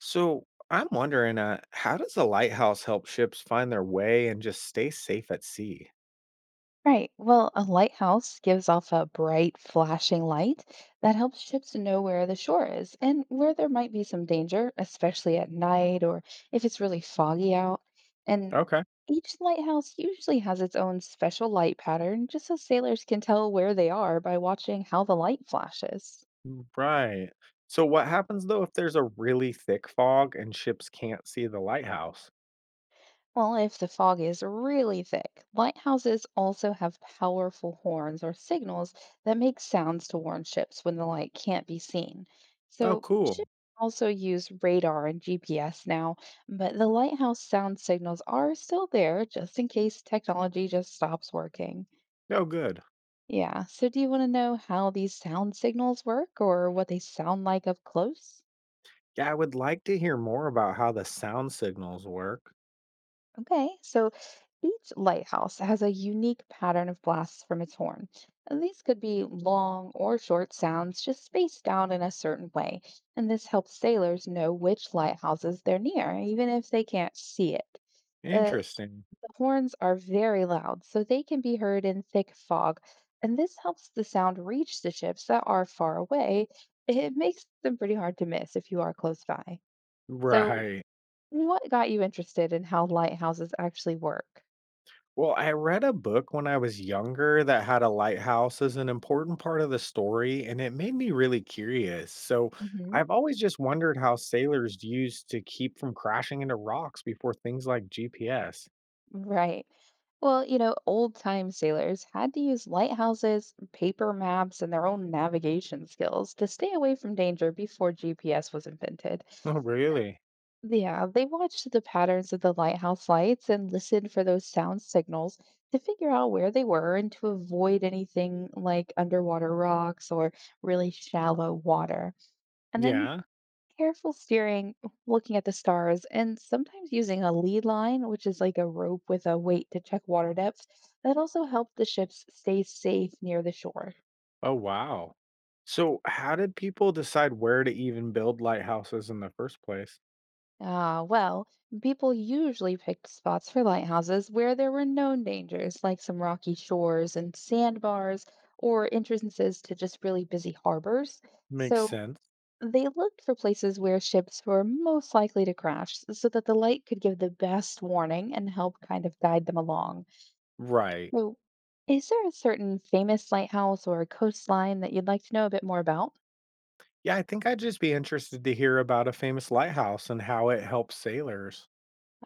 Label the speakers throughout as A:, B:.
A: So I'm wondering, how does a lighthouse help ships find their way and just stay safe at sea?
B: Right. Well, a lighthouse gives off a bright, flashing light that helps ships know where the shore is and where there might be some danger, especially at night or if it's really foggy out. And
A: Okay.
B: each lighthouse usually has its own special light pattern, just so sailors can tell where they are by watching how the light flashes.
A: Right. So what happens though if there's a really thick fog and ships can't see the lighthouse?
B: Well, if the fog is really thick, lighthouses also have powerful horns or signals that make sounds to warn ships when the light can't be seen.
A: Oh,
B: So,
A: cool.
B: ships also use radar and GPS now, but the lighthouse sound signals are still there just in case technology just stops working.
A: Oh, good.
B: Yeah, so do you want to know how these sound signals work or what they sound like up close?
A: Yeah, I would like to hear more about how the sound signals work.
B: Okay, so each lighthouse has a unique pattern of blasts from its horn. And these could be long or short sounds just spaced out in a certain way. And this helps sailors know which lighthouses they're near, even if they can't see it. Uh,
A: Interesting.
B: the horns are very loud, so they can be heard in thick fog. And this helps the sound reach the ships that are far away. It makes them pretty hard to miss if you are close by. So,
A: Right.
B: what got you interested in how lighthouses actually work?
A: Well, I read a book when I was younger that had a lighthouse as an important part of the story, and it made me really curious. So
B: Mhm.
A: I've always just wondered how sailors used to keep from crashing into rocks before things like GPS.
B: Right. Well, you know, old time sailors had to use lighthouses, paper maps, and their own navigation skills to stay away from danger before GPS was invented.
A: Oh, really?
B: Yeah, they watched the patterns of the lighthouse lights and listened for those sound signals to figure out where they were and to avoid anything like underwater rocks or really shallow water. And then
A: Yeah.
B: careful steering, looking at the stars, and sometimes using a lead line, which is like a rope with a weight to check water depth, that also helped the ships stay safe near the shore.
A: Oh, wow. So, how did people decide where to even build lighthouses in the first place?
B: Ah, well, people usually picked spots for lighthouses where there were known dangers, like some rocky shores and sandbars, or entrances to just really busy harbors.
A: Makes
B: So
A: sense.
B: they looked for places where ships were most likely to crash so that the light could give the best warning and help kind of guide them along.
A: Right.
B: So, is there a certain famous lighthouse or coastline that you'd like to know a bit more about?
A: Yeah, I think I'd just be interested to hear about a famous lighthouse and how it helps sailors.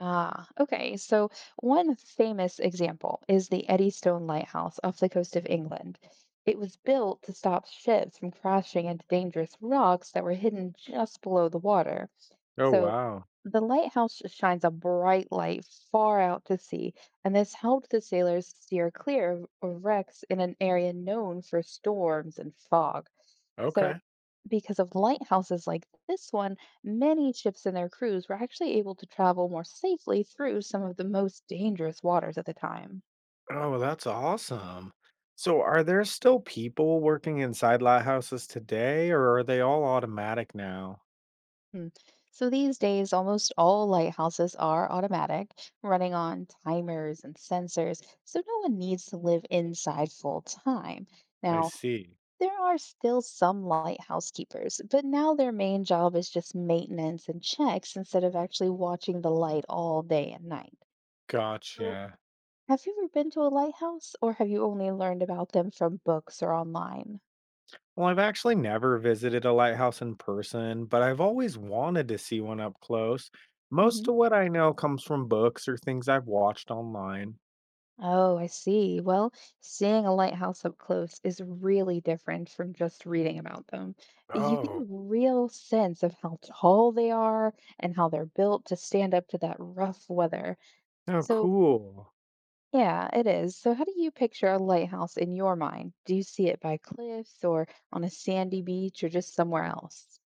B: Ah, okay. So, one famous example is the Eddystone Lighthouse off the coast of England. It was built to stop ships from crashing into dangerous rocks that were hidden just below the water.
A: Oh,
B: So,
A: wow.
B: the lighthouse shines a bright light far out to sea, and this helped the sailors steer clear of wrecks in an area known for storms and fog. So,
A: Okay.
B: because of lighthouses like this one, many ships and their crews were actually able to travel more safely through some of the most dangerous waters at the time.
A: Oh, well, that's awesome. So, are there still people working inside lighthouses today, or are they all automatic now?
B: Hmm. So these days, almost all lighthouses are automatic, running on timers and sensors, so no one needs to live inside full time.
A: I
B: Now,
A: see.
B: there are still some lighthouse keepers, but now their main job is just maintenance and checks instead of actually watching the light all day and night. So,
A: Gotcha.
B: have you ever been to a lighthouse, or have you only learned about them from books or online?
A: Well, I've actually never visited a lighthouse in person, but I've always wanted to see one up close. Most
B: Hmm.
A: of what I know comes from books or things I've watched online.
B: Oh, I see. Well, seeing a lighthouse up close is really different from just reading about them. You get
A: Oh,
B: a real sense of how tall they are and how they're built to stand up to that rough weather.
A: oh,
B: So,
A: cool.
B: yeah, it is. So, how do you picture a lighthouse in your mind? Do you see it by cliffs or on a sandy beach or just somewhere else?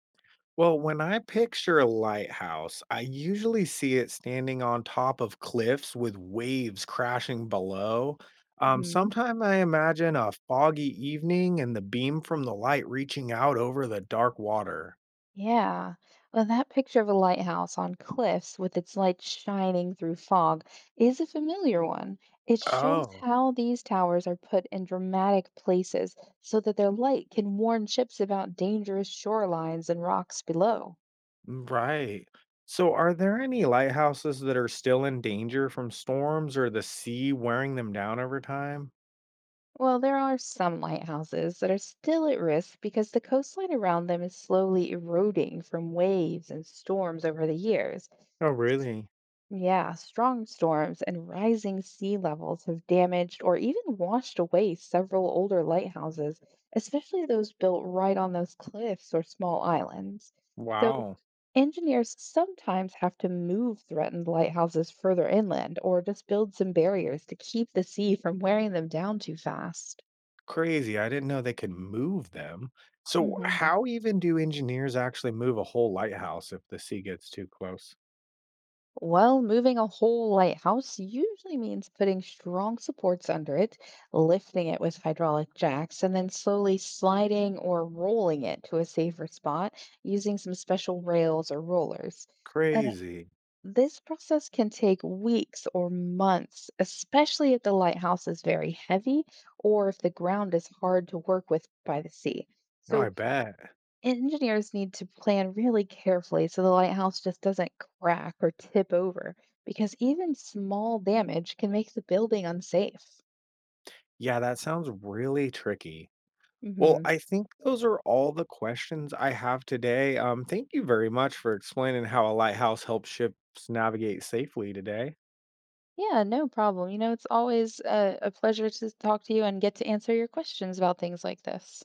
A: Well, when I picture a lighthouse, I usually see it standing on top of cliffs with waves crashing below. Sometimes I imagine a foggy evening and the beam from the light reaching out over the dark water.
B: Yeah. Well, that picture of a lighthouse on cliffs with its light shining through fog is a familiar one. It shows
A: Oh,
B: how these towers are put in dramatic places so that their light can warn ships about dangerous shorelines and rocks below.
A: right. So, are there any lighthouses that are still in danger from storms or the sea wearing them down over time?
B: Well, there are some lighthouses that are still at risk because the coastline around them is slowly eroding from waves and storms over the years.
A: Oh, really?
B: Yeah, strong storms and rising sea levels have damaged or even washed away several older lighthouses, especially those built right on those cliffs or small islands. So,
A: Wow.
B: engineers sometimes have to move threatened lighthouses further inland or just build some barriers to keep the sea from wearing them down too fast.
A: Crazy, I didn't know they could move them. So
B: Mhm.
A: how even do engineers actually move a whole lighthouse if the sea gets too close?
B: Well, moving a whole lighthouse usually means putting strong supports under it, lifting it with hydraulic jacks, and then slowly sliding or rolling it to a safer spot using some special rails or rollers. Uh,
A: Crazy.
B: this process can take weeks or months, especially if the lighthouse is very heavy or if the ground is hard to work with by the sea.
A: No, I
B: So,
A: bet.
B: engineers need to plan really carefully so the lighthouse just doesn't crack or tip over because even small damage can make the building unsafe.
A: Yeah, that sounds really tricky. Well,
B: Hmm.
A: I think those are all the questions I have today. Thank you very much for explaining how a lighthouse helps ships navigate safely today.
B: Yeah, no problem. You know, it's always a pleasure to talk to you and get to answer your questions about things like this.